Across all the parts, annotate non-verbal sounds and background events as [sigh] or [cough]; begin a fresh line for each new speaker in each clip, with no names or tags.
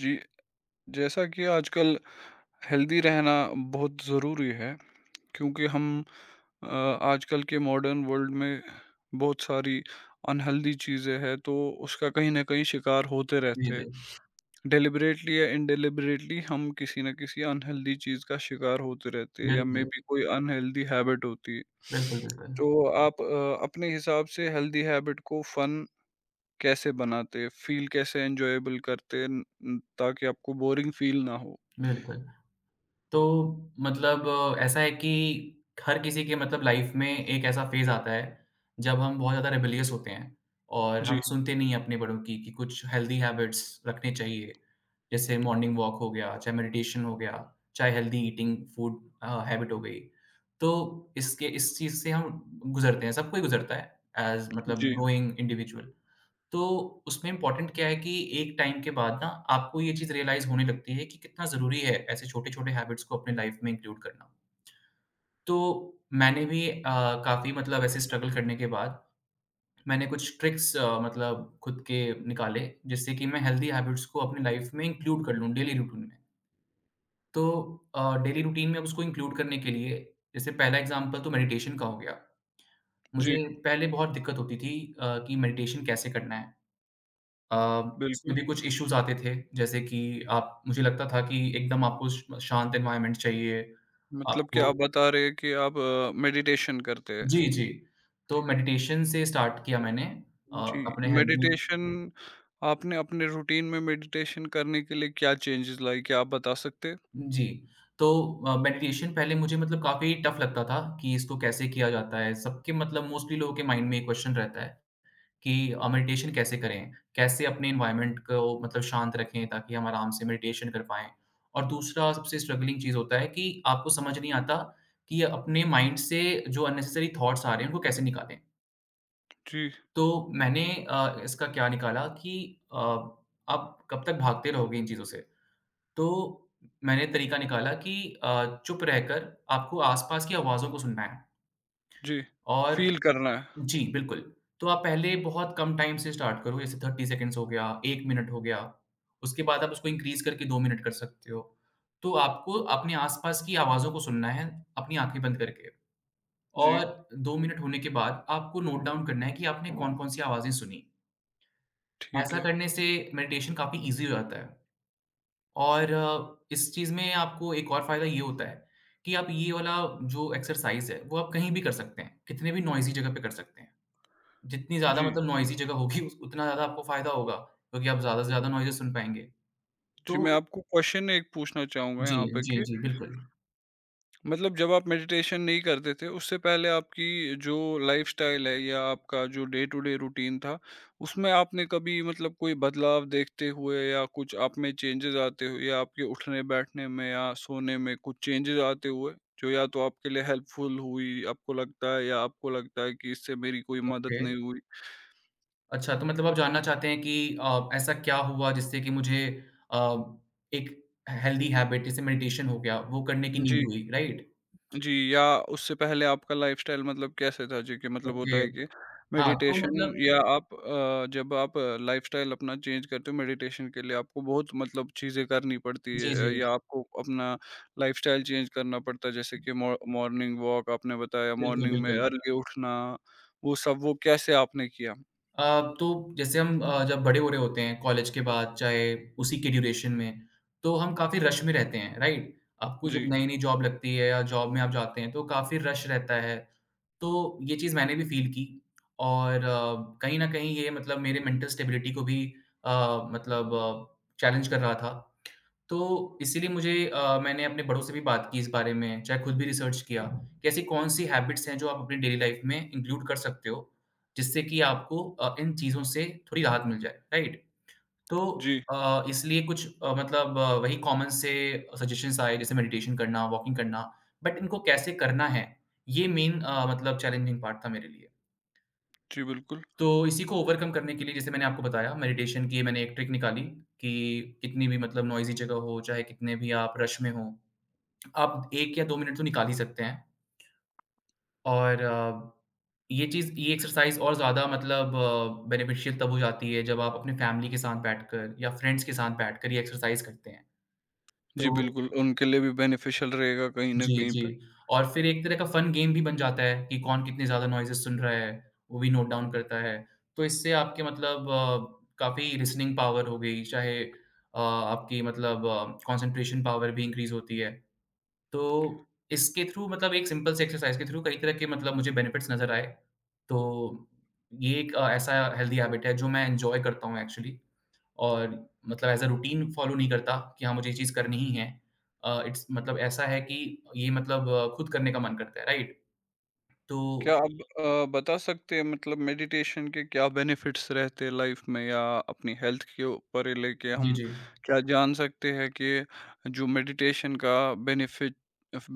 जी, जैसा कि आजकल हेल्दी रहना बहुत ज़रूरी है क्योंकि हम अ, आजकल के मॉडर्न वर्ल्ड में बहुत सारी अनहेल्दी चीज़ें हैं तो उसका कहीं न कहीं शिकार होते
जी,
रहते हैं।
जी।
डेलिबरेटली या इनडेलिबरेटली हम किसी न किसी अनहेल्दी चीज़ का शिकार होते रहते हैं या
बिल्कुल,
मेबी कोई अनहेल्दी हैबिट होती है।
बिल्कुल, बिल्कुल,
तो आप अपने हिसाब से हेल्दी हैबिट को फन कैसे बनाते? फ़ील कैसे एन्जॉयबल करते न न ताकि आपको बोरिंग फ़ील ना हो?
बिल्कुल। तो मतलब ऐसा है कि हर किसी के मतलब लाइफ में एक ऐसा फ़ेज़ आता है, जब हम बहुत ज़्यादा रेबेलियस होते हैं और हम
जी,
सुनते नहीं हैं अपने बड़ों की कि कुछ हेल्दी हैबिट्स रखने चाहिए। जैसे मॉर्निंग वॉक हो गया, चाहे मेडिटेशन हो गया, चाहे हेल्दी ईटिंग फूड हैबिट हो गई। तो इसके इस चीज़ से हम गुज़रते हैं, सब कोई गुज़रता है, ऐज़ मतलब
जी,
ग्रोइंग इंडिविजुअल। तो उसमें इम्पोर्टेंट क्या है कि एक टाइम के बाद ना आपको ये चीज़ रियलाइज़ होने लगती है कि कितना ज़रूरी है ऐसे छोटे-छोटे हैबिट्स को अपने लाइफ में इंक्लूड करना। तो मैंने भी काफ़ी मतलब ऐसे स्ट्रगल करने के बाद मैंने कुछ ट्रिक्स मतलब खुद के निकाले जिससे कि मैं हेल्दी हैबिट्स को अपनी लाइफ में इंक्लूड कर लूँ डेली रूटीन में। तो डेली रूटीन में अब उसको इंक्लूड करने के लिए जैसे पहला एग्ज़ाम्पल तो मेडिटेशन का हो गया।
जी,
मुझे पहले बहुत दिक्कत होती थी कि मेडिटेशन कैसे करना है? अ, उसमें
बिल्कुल।
भी कुछ इश्यूज़ आते थे, जैसे कि आप मुझे लगता था कि एकदम आपको श शांत एनवायरनमेंट चाहिए,
मतलब कि
आपको
आप बता रहे हैं कि आप मेडिटेशन करते
जी,
हैं।
जी। तो मेडिटेशन से स्टार्ट किया मैंने अ,
जी,
अपने हेल्दी
मेडिटेशन आपने अपने रूटीन में मेडिटेशन करने के लिए क्या चेंजेज़ लाए? क्या आप बता सकते हैं?
जी, तो मेडिटेशन पहले मुझे मतलब काफ़ी टफ़ लगता था कि इसको कैसे किया जाता है? सबके मतलब मोस्टली लोगों के माइंड में ये क्वेश्चन रहता है। कि मेडिटेशन कैसे करें? कैसे अपने एनवायरनमेंट को मतलब शांत रखें ताकि हम आराम से मेडिटेशन कर पाएँ? और दूसरा सबसे स्ट्रगलिंग चीज़ होता है कि आपको समझ नहीं आता कि अपने माइंड से जो अननेसेसरी थॉट्स आ रहे हैं, उनको कैसे निकालें?
जी,
तो मैंने इसका क्या निकाला कि अ, आप कब तक भागते रहोगे इन चीज़ों से? तो मैंने तरीका निकाला कि चुप रहकर आपको आस-पास की आवाज़ों को सुनना है
जी,
और
फ़ील करना है।
जी, बिल्कुल। तो आप पहले बहुत कम टाइम से स्टार्ट करो, जैसे 30 सेकंड्स हो गया, 1 मिनट हो गया, उसके बाद आप उसको इंक्रीज़ करके 2 मिनट कर सकते हो। तो आपको अपने आस-पास की आवाज़ों को सुनना है, अपनी आँखें बंद करके
जी,
और 2 मिनट होने के बाद आपको नोट डाउन करना है कि आपने कौन-कौन सी आवाज़ें सुनी।
ठीक
ऐसा
है।
करने से मेडिटेशन काफ़ी ईज़ी हो जाता है और इस चीज़ में आपको एक और फ़ायदा ये होता है कि आप ये वाला जो एक्सरसाइज़ है, वो आप कहीं भी कर सकते हैं, कितने भी नॉइज़ी जगह पे कर सकते हैं। जितनी ज़्यादा
जी,
मतलब नॉइज़ी जगह होगी उस उतना ज़्यादा आपको फ़ायदा होगा, क्योंकि आप ज़्यादा से ज़्यादा नॉइज़ेस सुन पाएँगे।
जी, मैं
तो
आपको क्वेश्चन एक पूछना चाहूँगा
जी,
यहाँ पे
जी,
कि
जी, बिल्कुल।
मतलब जब आप मेडिटेशन नहीं करते थे, उससे पहले आपकी जो लाइफ़स्टाइल है या आपका जो डे टू डे रूटीन था, उसमें आपने कभी मतलब कोई बदलाव देखते हुए या कुछ आप में चेंजेज़ आते हुए या आपके उठने-बैठने में या सोने में कुछ चेंजेज़ आते हुए, जो या तो आपके लिए हेल्पफुल हुई, आपको लगता है या आपको लगता है कि इससे मेरी कोई मदद
ओके,
नहीं हुई?
अच्छा तो मतलब आप जानना चाहते हैं कि ऐसा क्या हुआ जिससे कि मुझे अ, एक हेल्दी हैबिट जैसे मेडिटेशन हो गया, वो करने की
जी।
नींद हुई, राइट?
जी, या उससे पहले आपका लाइफ़स्टाइल मतलब कैसे था? जी, कि मतलब होता
ओके,
है कि
हाँ, तो
मेडिटेशन
मतलब
या आप जब आप लाइफ़स्टाइल अपना चेंज करते हो मेडिटेशन के लिए आपको बहुत मतलब चीज़ें करनी पड़ती है
जी, जी,
या आपको अपना लाइफ़स्टाइल चेंज करना पड़ता है जैसे कि मॉ मॉर्निंग वॉक आपने बताया,
बिल्कुल,
मॉर्निंग में
बिल्कुल।
अर्ली उठना, वो सब वो कैसे आपने किया?
तो जैसे हम जब बड़े हो रहे होते हैं कॉलेज के बाद चाहे उसी के ड्यूरेशन में, तो हम काफ़ी रश में रहते हैं, राइट? आपको जब
जी,
नई-नई जॉब लगती है या जॉब में आप जाते हैं तो काफ़ी रश रहता है, तो ये चीज़ मैंने भी फ़ील की और कहीं न कहीं ये मतलब मेरे मेंटल स्टेबिलिटी को भी अ, मतलब चैलेंज कर रहा था। तो इसीलिए मुझे मैंने अपने बड़ों से भी बात की इस बारे में, चाहे खुद भी रिसर्च किया कि ऐसी कौन-सी हैबिट्स हैं जो आप अपनी डेली लाइफ में इंक्लूड कर सकते हो, जिससे कि आपको इन चीज़ों से थोड़ी राहत मिल जाए, राइट? तो
जी,
इसलिए कुछ मतलब वही कॉमन से सजेशंस आए जैसे मेडिटेशन करना, वॉकिंग करना, बट इनको कैसे करना है, ये मेन मतलब चैलेंजिंग पार्ट था मेरे लिए।
जी बिल्कुल।
तो इसी को ओवरकम करने के लिए जैसे मैंने आपको बताया मेडिटेशन की मैंने एक ट्रिक निकाली कि कितनी भी मतलब नॉइज़ी जगह हो, चाहे कितने भी आप रश में हों, आप 1 या 2 मिनट तो निकाल ही सकते हैं और ये चीज़ ये एक्सरसाइज़ और ज़्यादा मतलब बेनिफिशियल तब हो जाती है जब आप अपने फैमिली के साथ बैठकर या फ्रेंड्स के साथ बैठकर ये एक्सरसाइज़ करते हैं।
जी
तो
बिल्कुल, उनके लिए भी बेनिफिशियल रहेगा कहीं न
जी,
कहीं
जी
पे।
और फिर एक तरह का फन गेम भी बन जाता है कि कौन कितने ज़्यादा नॉइज़ेस सुन रहा है, वो भी नोट डाउन करता है। तो इससे आपके मतलब काफ़ी लिसनिंग पावर हो गई, चाहे आपकी मतलब कंसंट्रेशन पावर भी इंक्रीज़ होती है। तो इसके थ्रू मतलब एक सिंपल से एक्सरसाइज़ के थ्रू कई तरह के मतलब मुझे बेनिफिट्स नज़र आए। तो ये एक ऐसा हेल्दी हैबिट है जो मैं एन्जॉय करता हूँ एक्चुअली और मतलब एज़ अ रूटीन फ़ॉलो नहीं करता कि हाँ, मुझे ये चीज़ करनी ही है। इट्स मतलब ऐसा है कि ये मतलब खुद करने का मन करता है, राइट?
क्या
तो
आप बता सकते हैं मतलब मेडिटेशन के क्या बेनिफिट्स रहते हैं लाइफ में या अपनी हेल्थ के ऊपर ये लेके
जी,
हम
जी।
क्या जान सकते हैं कि जो मेडिटेशन का बेनिफिट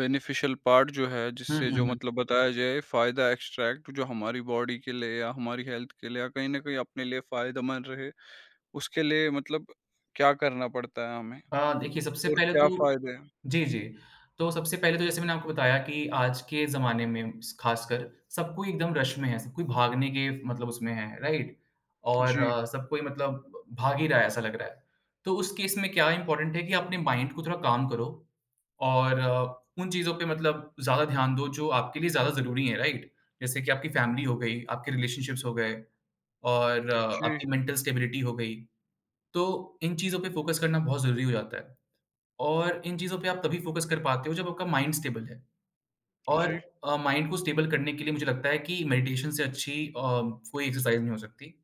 बेनिफिशियल पार्ट जो है
हुँ,
जिससे
हुँ,
जो
हुँ।
मतलब बताया जाए फायदा एक्सट्रैक्ट जो हमारी बॉडी के लिए या हमारी हेल्थ के लिए या कहीं ना कहीं अपने लिए फायदेमंद रहे उसके लिए मतलब क्या करना पड़ता है हमें
देखिए सबसे
और
पहले
क्या
तो
फायदे हैं
जी, जी। तो सबसे पहले तो जैसे मैंने आपको बताया कि आज के ज़माने में स ख़ासकर सब कोई एकदम रश में है, सब कोई भागने के मतलब उसमें है, राइट? और
जी
सब कोई मतलब भाग ही रहा है ऐसा लग रहा है। तो उस केस में क्या इम्पोर्टेंट है कि अपने माइंड को थोड़ा काम करो और उन चीज़ों पे मतलब ज़्यादा ध्यान दो जो आपके लिए ज़्यादा ज़रूरी हैं, राइट? जैसे कि आपकी फैमिली हो गई, आपके रिलेशनशिप्स हो गए और
जी
आपकी मेंटल स्टेबिलिटी हो गई। तो इन चीज़ों पे फ़ोकस करना बहुत ज़रूरी हो जाता है। और इन चीज़ों पे आप तभी फ़ोकस कर पाते हो जब आपका माइंड स्टेबल है और
जी
माइंड को स्टेबल करने के लिए मुझे लगता है कि मेडिटेशन से अच्छी कोई एक्सरसाइज़ नहीं हो सकती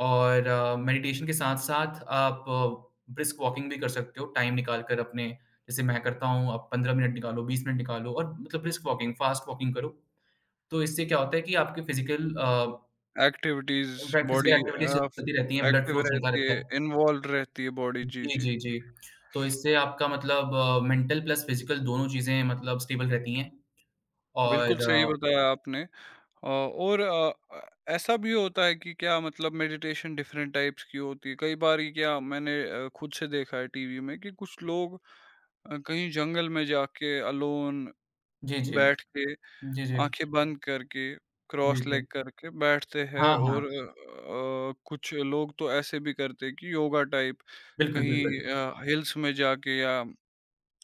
और मेडिटेशन के साथ-साथ आप ब्रिस्क वॉकिंग भी कर सकते हो टाइम निकाल कर अपने जैसे मैं करता हूँ, आप 15 मिनट निकालो, 20 मिनट निकालो और मतलब ब्रिस्क वॉकिंग, फास्ट वॉकिंग करो। तो इससे क्या होता है कि आपके physical
activities
in fact
body
physical activities चलती रहती हैं, ब्लड
एक्टिव
फ्लो चलता
रहती
रहता
है,
है।
इन्वॉल्व रहती है बॉडी जी,
जी,
जी।
जी, जी। तो इससे आपका मतलब मेंटल प्लस फिज़िकल दोनों चीज़ें मतलब स्टेबल रहती हैं
बिल्कुल
और
सही बताया आपने अ, और अ, अ, ऐसा भी होता है कि क्या मतलब मेडिटेशन डिफरेंट टाइप्स की होती है। कई बारी क्या मैंने खुद से देखा है टीवी में कि कुछ लोग कहीं जंगल में जाके अलोन
जी, जी।
बैठ के
जी, जी।
आँखें बंद करके,
जी,
क्रॉस लेग
जी।
करके बैठते हैं
हाँ, हाँ।
और कुछ लोग तो ऐसे भी करते हैं कि योगा टाइप
बिल्कुल,
कहीं
बिल्कुल।
हिल्स में जाके या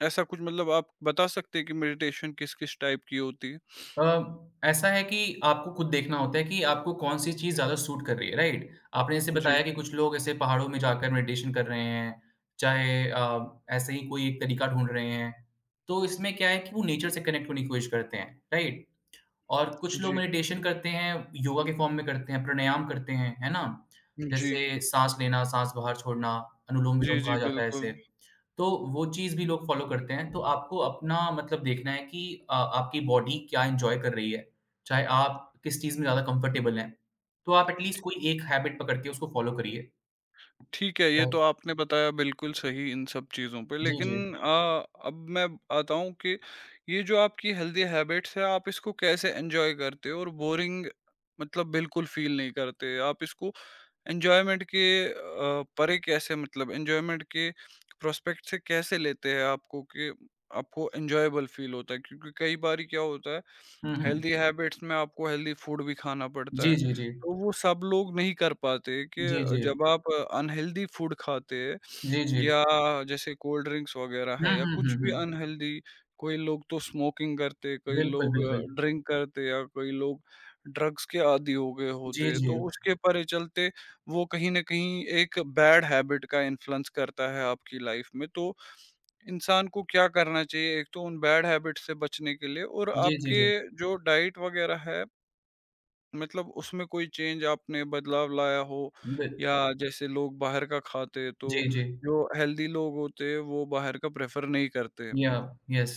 ऐसा कुछ मतलब आप बता सकते हैं कि मेडिटेशन किस-किस टाइप की होती है?
ऐसा है कि आपको खुद देखना होता है कि आपको कौन-सी चीज़ ज़्यादा सूट कर रही है, राइट? आपने जैसे बताया
जी,
कि कुछ लोग ऐसे पहाड़ों में जाकर मेडिटेशन कर रहे हैं, चाहे ऐसे ही कोई एक तरीका ढूँढ रहे हैं। तो इसमें क्या है कि वो नेचर से कनेक्ट होने की कोशिश करते हैं, राइट? और कुछ लोग
जी,
मेडिटेशन करते हैं, योगा के फॉर्म में करते हैं, प्राणायाम करते हैं, है ना?
जी।
जैसे साँस लेना, साँस बाहर छोड़ना,
जी,
अनुलोम-विलोम
जी,
कहा जाता है इसे।
बिल्कुल।
तो वो चीज़ भी लोग फॉलो करते हैं, तो आपको अपना मतलब देखना है कि आपकी बॉडी क्या एन्जॉय कर रही है, चाहे आप किस चीज़ में ज़्यादा कम्फ़र्टेबल हैं। तो आप एटलीस्ट कोई एक हैबिट पकड़ के उसको फॉलो करिए।
ठीक है,
अ,
ये तो आपने बताया बिल्कुल सही इन सब चीज़ों पे
जी, जी।
लेकिन अब मैं आता हूँ कि ये जो आपकी हेल्दी हैबिट्स है, आप इसको कैसे एन्जॉय करते हो और बोरिंग मतलब बिल्कुल फ़ील नहीं करते? आप इसको एन्जॉयमेंट के परे कैसे मतलब एन्जॉयमेंट के प्रोस्पेक्ट से कैसे लेते हैं आपको कि आपको एन्जॉयबल फ़ील होता है? क्योंकि कई बारी क्या होता है
हुँ, हुँ।
हेल्दी हैबिट्स में आपको हेल्दी फूड भी खाना पड़ता
जी,
है,
जी, जी।
तो वो सब लोग नहीं कर पाते कि
जी, जी।
जब आप अनहेल्दी फूड खाते हैं
जी, जी।
या जैसे कोल्ड ड्रिंक्स वगैरह
हुँ,
है या
हुँ, हुँ,
कुछ भी
हुँ।
अनहेल्दी कोई लोग तो स्मोकिंग करते, कई
बिल्कुल,
लोग
बिल्कुल।
ड्रिंक करते या कई लोग ड्रग्स के आदी हो गए
जी,
होते हैं,
जी।
तो उसके परे चलते वो कहीं न कहीं एक बैड हैबिट का इन्फ्लुएंस करता है आपकी लाइफ में तो इंसान को क्या करना चाहिए एक तो उन बैड हैबिट से बचने के लिए और
जी, जी,
आपके
जी।
जो डाइट वगैरह है मतलब उसमें कोई चेंज आपने बदलाव लाया हो
बिल
या जैसे लोग बाहर का खाते तो
जी, जी।
जो हेल्दी लोग होते वो बाहर का प्रेफर नहीं करते
या यस।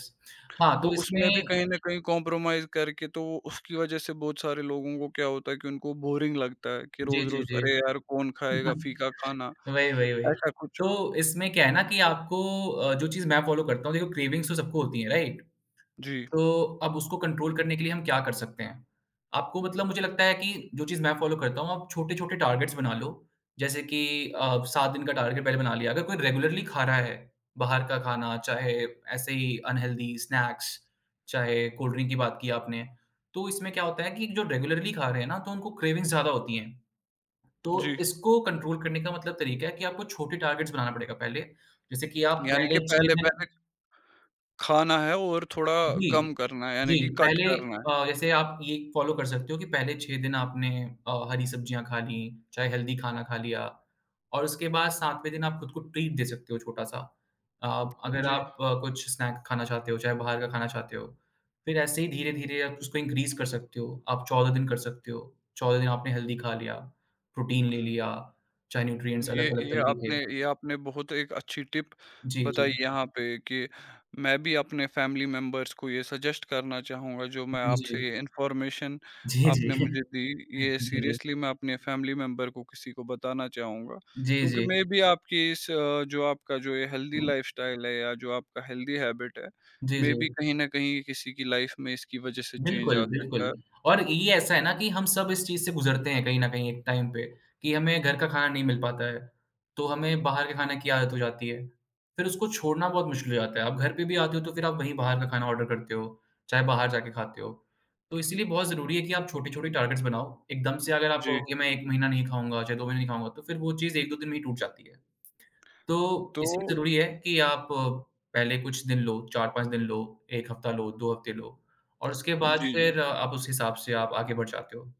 हाँ,
तो
तो
उसमें भी
इसमें
कहीं ना कहीं कॉम्प्रोमाइज करके तो उसकी वजह से बहुत सारे लोगों को क्या होता है कि उनको बोरिंग लगता है कि
जी,
रोज
जी,
रोज
जी।
अरे यार कौन
[laughs]
खाएगा फीका खाना
वही, वही, वही।
ऐसा कुछ
तो इसमें क्या है ना कि आपको जो चीज़ मैं फ़ॉलो करता हूँ देखो क्रेविंग्स तो सबको होती हैं, राइट?
जी
तो अब उसको कंट्रोल करने के लिए हम क्या कर सकते हैं? आपको मतलब मुझे लगता है कि जो चीज़ मैं फ़ॉलो करता हूँ, आप छोटे-छोटे टारगेट्स बना लो। जैसे कि 7 दिन का टारगेट पहले बना लिया। अगर कोई रेगुलरली खा रहा है बाहर का खाना, चाहे ऐसे ही अनहेल्दी स्नैक्स, चाहे कोल्ड ड्रिंक की बात की आपने, तो इसमें क्या होता है कि जो रेगुलरली खा रहे हैं ना, तो उनको क्रेविंग्स ज़्यादा होती हैं। तो
जी
इसको कंट्रोल करने का मतलब तरीका है कि आपको छोटे टारगेट्स बनाना पड़ेगा पहले। जैसे कि आप
यानी
पहले
कि
6
पहले
दिन
पहले खाना है और थोड़ा
जी।
कम करना है,
जी,
यानी कि कट
पहले
करना है।
जैसे आप ये फ़ॉलो कर सकते हो कि पहले 6 दिन आपने हरी सब्जियाँ खा लीं, चाहे हेल्दी खाना खा लिया और उसके बाद 7वें दिन आप खुद को ट्रीट दे सकते हो छोटा-सा। अ, अगर
जी,
आप कुछ स्नैक खाना चाहते हो, चाहे बाहर का खाना चाहते हो, फिर ऐसे ही धीरे-धीरे आप उसको इंक्रीज़ कर सकते हो। आप 14 दिन कर सकते हो। 14 दिन आपने हेल्दी खा लिया, प्रोटीन ले लिया, चाहे न्यूट्रिएंट्स
ये
अलग-अलग
ये
तरीके के
आपने ये आपने बहुत एक अच्छी टिप
जी, जी।
बताई यहाँ पे कि मैं भी अपने फैमिली मेंबर्स को ये सजेस्ट करना चाहूँगा, जो मैं
जी,
आपसे
जी।
ये इन्फॉर्मेशन
जी, जी।
आपने मुझे
[laughs]
दी, ये
जी, जी।
सीरियसली मैं अपने फैमिली मेंबर को किसी को बताना चाहूँगा।
जी,
क्योंकि
जी।
मैं भी आपकी इस जो आपका जो ये हेल्दी लाइफ़स्टाइल है या जो आपका हेल्दी हैबिट है,
जी,
मे
जी।
बी कहीं न कहीं किसी की लाइफ़ में इसकी वज़ह से चेंज
बिल्कुल,
आ सकता
बिल्कुल।
है।
और ये ऐसा है ना कि हम सब इस चीज़ से गुज़रते हैं कहीं न कहीं एक टाइम पे कि हमें घर का खाना नहीं मिल पाता है, तो हमें बाहर के खाने की आदत हो जाती है। फिर उसको छोड़ना बहुत मुश्किल हो जाता है। आप घर पे भी आते हो तो फिर आप वहीं बाहर का खाना ऑर्डर करते हो, चाहे बाहर जाके खाते हो। तो इसीलिए बहुत ज़रूरी है कि आप छोटी-छोटी टारगेट्स बनाओ। एकदम से अगर आप कहो
जी,
कि मैं 1 महीना नहीं खाऊँगा, चाहे 2 महीने नहीं खाऊँगा, तो फिर वो चीज़ 1-2 दिन में ही टूट जाती है। तो
तो
इसलिए ज़रूरी है कि आप पहले कुछ दिन लो, 4-5 दिन लो, 1 हफ्ता लो, 2 हफ्ते लो और उसके बाद
जी,
फिर आप उस हिसाब से आप आगे बढ़ जाते हो।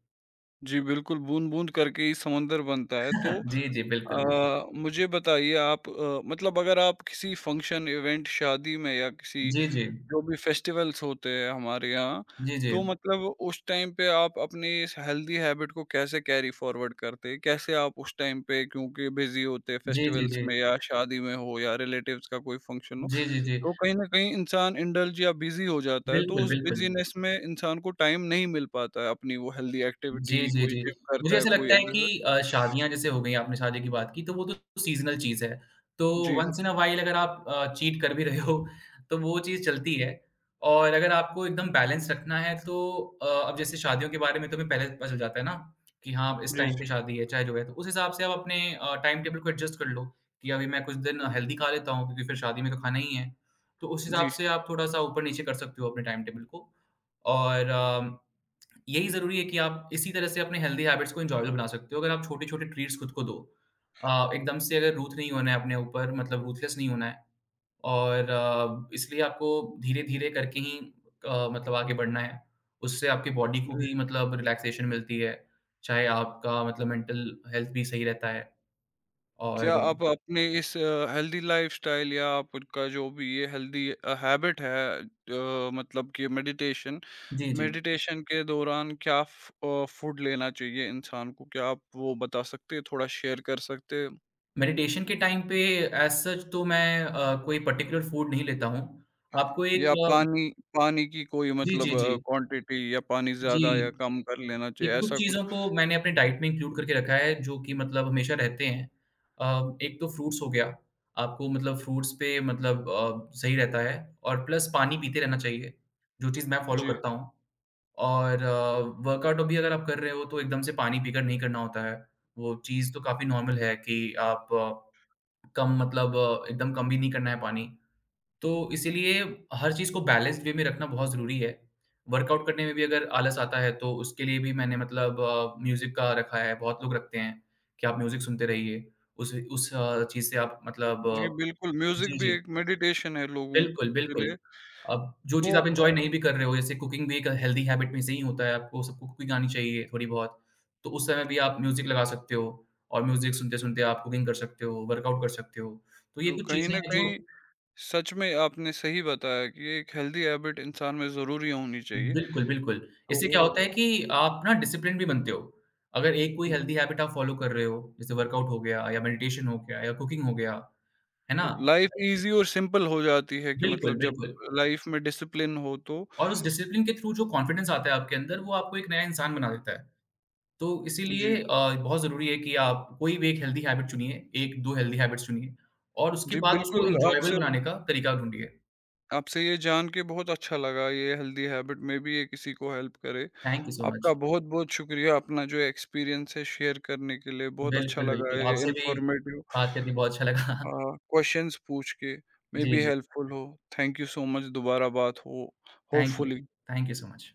जी, बिल्कुल, बूँद-बूँद करके ही समुंदर बनता है। तो
[laughs] जी, जी, बिल्कुल, बिल्कुल।
मुझे बताइए आप मतलब अगर आप किसी फंक्शन, इवेंट, शादी में या किसी
जी, जी।
जो भी फेस्टिवल्स होते हैं हमारे यहाँ,
जी, जी।
तो मतलब उस टाइम पे आप अपनी इस हेल्दी हैबिट को कैसे कैरी फॉरवर्ड करते हैं? कैसे आप उस टाइम पे क्योंकि बिज़ी होते हैं
जी, जी,
फेस्टिवल्स
जी।
में या शादी में हो या रिलेटिव्स का कोई फंक्शन हो,
जी, जी, जी।
तो कहीं न कहीं इंसान इंडल्ज या बिज़ी हो जाता है, तो
बिल्कुल,
उस
बिल्कुल।
बिज़ीनेस में इंसान को टाइम नहीं मिल पाता है अपनी वो हेल्दी
जी,
एक्टिविटी
जी,
कोई
जी।
जिम
मुझे
करता है,
ऐसा
कोई
लगता है
एक्सरसाइज़
कि शादियाँ जैसे हो गई, आपने शादी की बात की, तो वो तो सीज़नल चीज़ है। तो
जी,
वन्स इन अ व्हाइल अगर आप चीट कर भी रहे हो तो वो चीज़ चलती है। और अगर आपको एकदम बैलेंस रखना है तो अब जैसे शादियों के बारे में तो हमें पहले से पता चल जाता है ना कि हाँ, इस
जी,
टाइम पे
जी,
शादी है, चाहे जो है। तो उस हिसाब से आप अपने टाइम टेबल को एडजस्ट कर लो कि अभी मैं कुछ दिन हेल्दी खा लेता हूँ क्योंकि फिर शादी में तो खाना ही है। तो उस हिसाब
जी,
से आप थोड़ा-सा ऊपर-नीचे कर सकते हो अपने टाइम टेबल को। और अ यही ज़रूरी है कि आप इसी तरह से अपने हेल्दी हैबिट्स को एन्जॉयबल बना सकते हो, अगर आप छोटे-छोटे ट्रीट्स खुद को दो। एकदम से अगर रूथ नहीं होना है अपने ऊपर, मतलब रूथलेस नहीं होना है और इसलिए आपको धीरे-धीरे करके ही आगे बढ़ना है। उससे आपकी बॉडी को
जी।
भी मतलब रिलैक्सेशन मिलती है, चाहे आपका मतलब मेंटल हेल्थ भी सही रहता है और
क्या आप अपने इस हेल्दी लाइफ़स्टाइल या आपका जो भी ये हेल्दी हैबिट है मतलब कि मेडिटेशन,
जी, जी।
मेडिटेशन के दौरान क्या फूड लेना चाहिए इंसान को? क्या आप वो बता सकते हैं, थोड़ा शेयर कर सकते हैं?
मेडिटेशन के टाइम पे एज़ सच तो मैं कोई पर्टिकुलर फूड नहीं लेता हूँ। आपको एक
या
अ,
पानी पानी की कोई
जी, जी,
मतलब
जी।
क्वांटिटी या पानी
जी।
ज़्यादा या कम कर लेना
ये
चाहिए,
कुछ
ऐसा कुछ?
चीज़ों को मैंने अपने डाइट में इंक्लूड करके रखा है जो कि मतलब हमेशा रहते हैं। एक तो फ्रूट्स हो गया, आपको मतलब फ्रूट्स पे मतलब सही रहता है और प्लस पानी पीते रहना चाहिए, जो चीज़ मैं फॉलो
जी,
करता हूँ। और अ, वर्कआउट भी अगर आप कर रहे हो तो एकदम से पानी पीकर नहीं करना होता है। वो चीज़ तो काफ़ी नॉर्मल है कि आप अ, कम, मतलब एकदम कम भी नहीं करना है पानी। तो इसीलिए हर चीज़ को बैलेंस्ड वे में रखना बहुत ज़रूरी है। वर्कआउट करने में भी अगर आलस आता है तो उसके लिए भी मैंने मतलब म्यूज़िक का रखा है, बहुत लोग रखते हैं कि आप म्यूज़िक सुनते रहिए। चीज़ से आप मतलब
जी,
अ,
बिल्कुल म्यूज़िक
जी,
भी
जी।
एक मेडिटेशन है लोगों
बिल्कुल,
के
बिल्कुल।
लिए।
अब जो
तो
चीज़ आप एन्जॉय नहीं भी कर रहे हो, जैसे कुकिंग भी एक हेल्दी हैबिट में से ही होता है, आपको सबको कुकिंग आनी चाहिए थोड़ी बहुत। तो उस समय भी आप म्यूज़िक लगा सकते हो और म्यूज़िक सुनते-सुनते आप कुकिंग कर सकते हो, वर्कआउट कर सकते हो। तो ये
तो
कुछ
कहीं
चीज़ें
न
हैं जो
कहीं सच में आपने सही बताया कि एक हेल्दी हैबिट इंसान में ज़रूरी होनी चाहिए।
बिल्कुल, बिल्कुल।
तो
इससे क्या होता है कि आप ना डिसिप्लिन भी बनते हो। अगर एक कोई हेल्दी हैबिट आप फॉलो कर रहे हो, जैसे वर्कआउट हो गया या मेडिटेशन हो गया या कुकिंग हो गया, है ना?
लाइफ़ ईज़ी और सिंपल हो जाती है कि
बिल्कुल,
मतलब जब
बिल्कुल।
लाइफ़ में डिसिप्लिन हो तो।
और उस डिसिप्लिन के थ्रू जो कॉन्फिडेंस आता है आपके अंदर, वो आपको एक नया इंसान बना देता है। तो इसीलिए
जी,
बहुत ज़रूरी है कि आप कोई भी एक हेल्दी हैबिट चुनिए, 1-2 हेल्दी हैबिट्स चुनिए और उसके
जी,
बाद उसको
बिल्कुल
एन्जॉयबल
आपसे
बनाने का तरीका ढूँढिए।
आपसे ये जान के बहुत अच्छा लगा ये हेल्दी हैबिट में भी ये किसी को हेल्प करे।
Thank you so much.
आपका बहुत-बहुत शुक्रिया अपना जो एक्सपीरियंस है शेयर करने के लिए, बहुत अच्छा
बिल्कुल,
लगा [laughs]
बिल्कुल।
ये
आपसे भी
इन्फॉर्मेटिव
बात करके बहुत अच्छा लगा। [laughs]
अ, क्वेश्चंस पूछ के, मे
जी,
बी
जी।
हेल्पफुल हो। थैंक यू सो मच दोबारा बात हो
thank you.
Hopefully.
Thank you so much.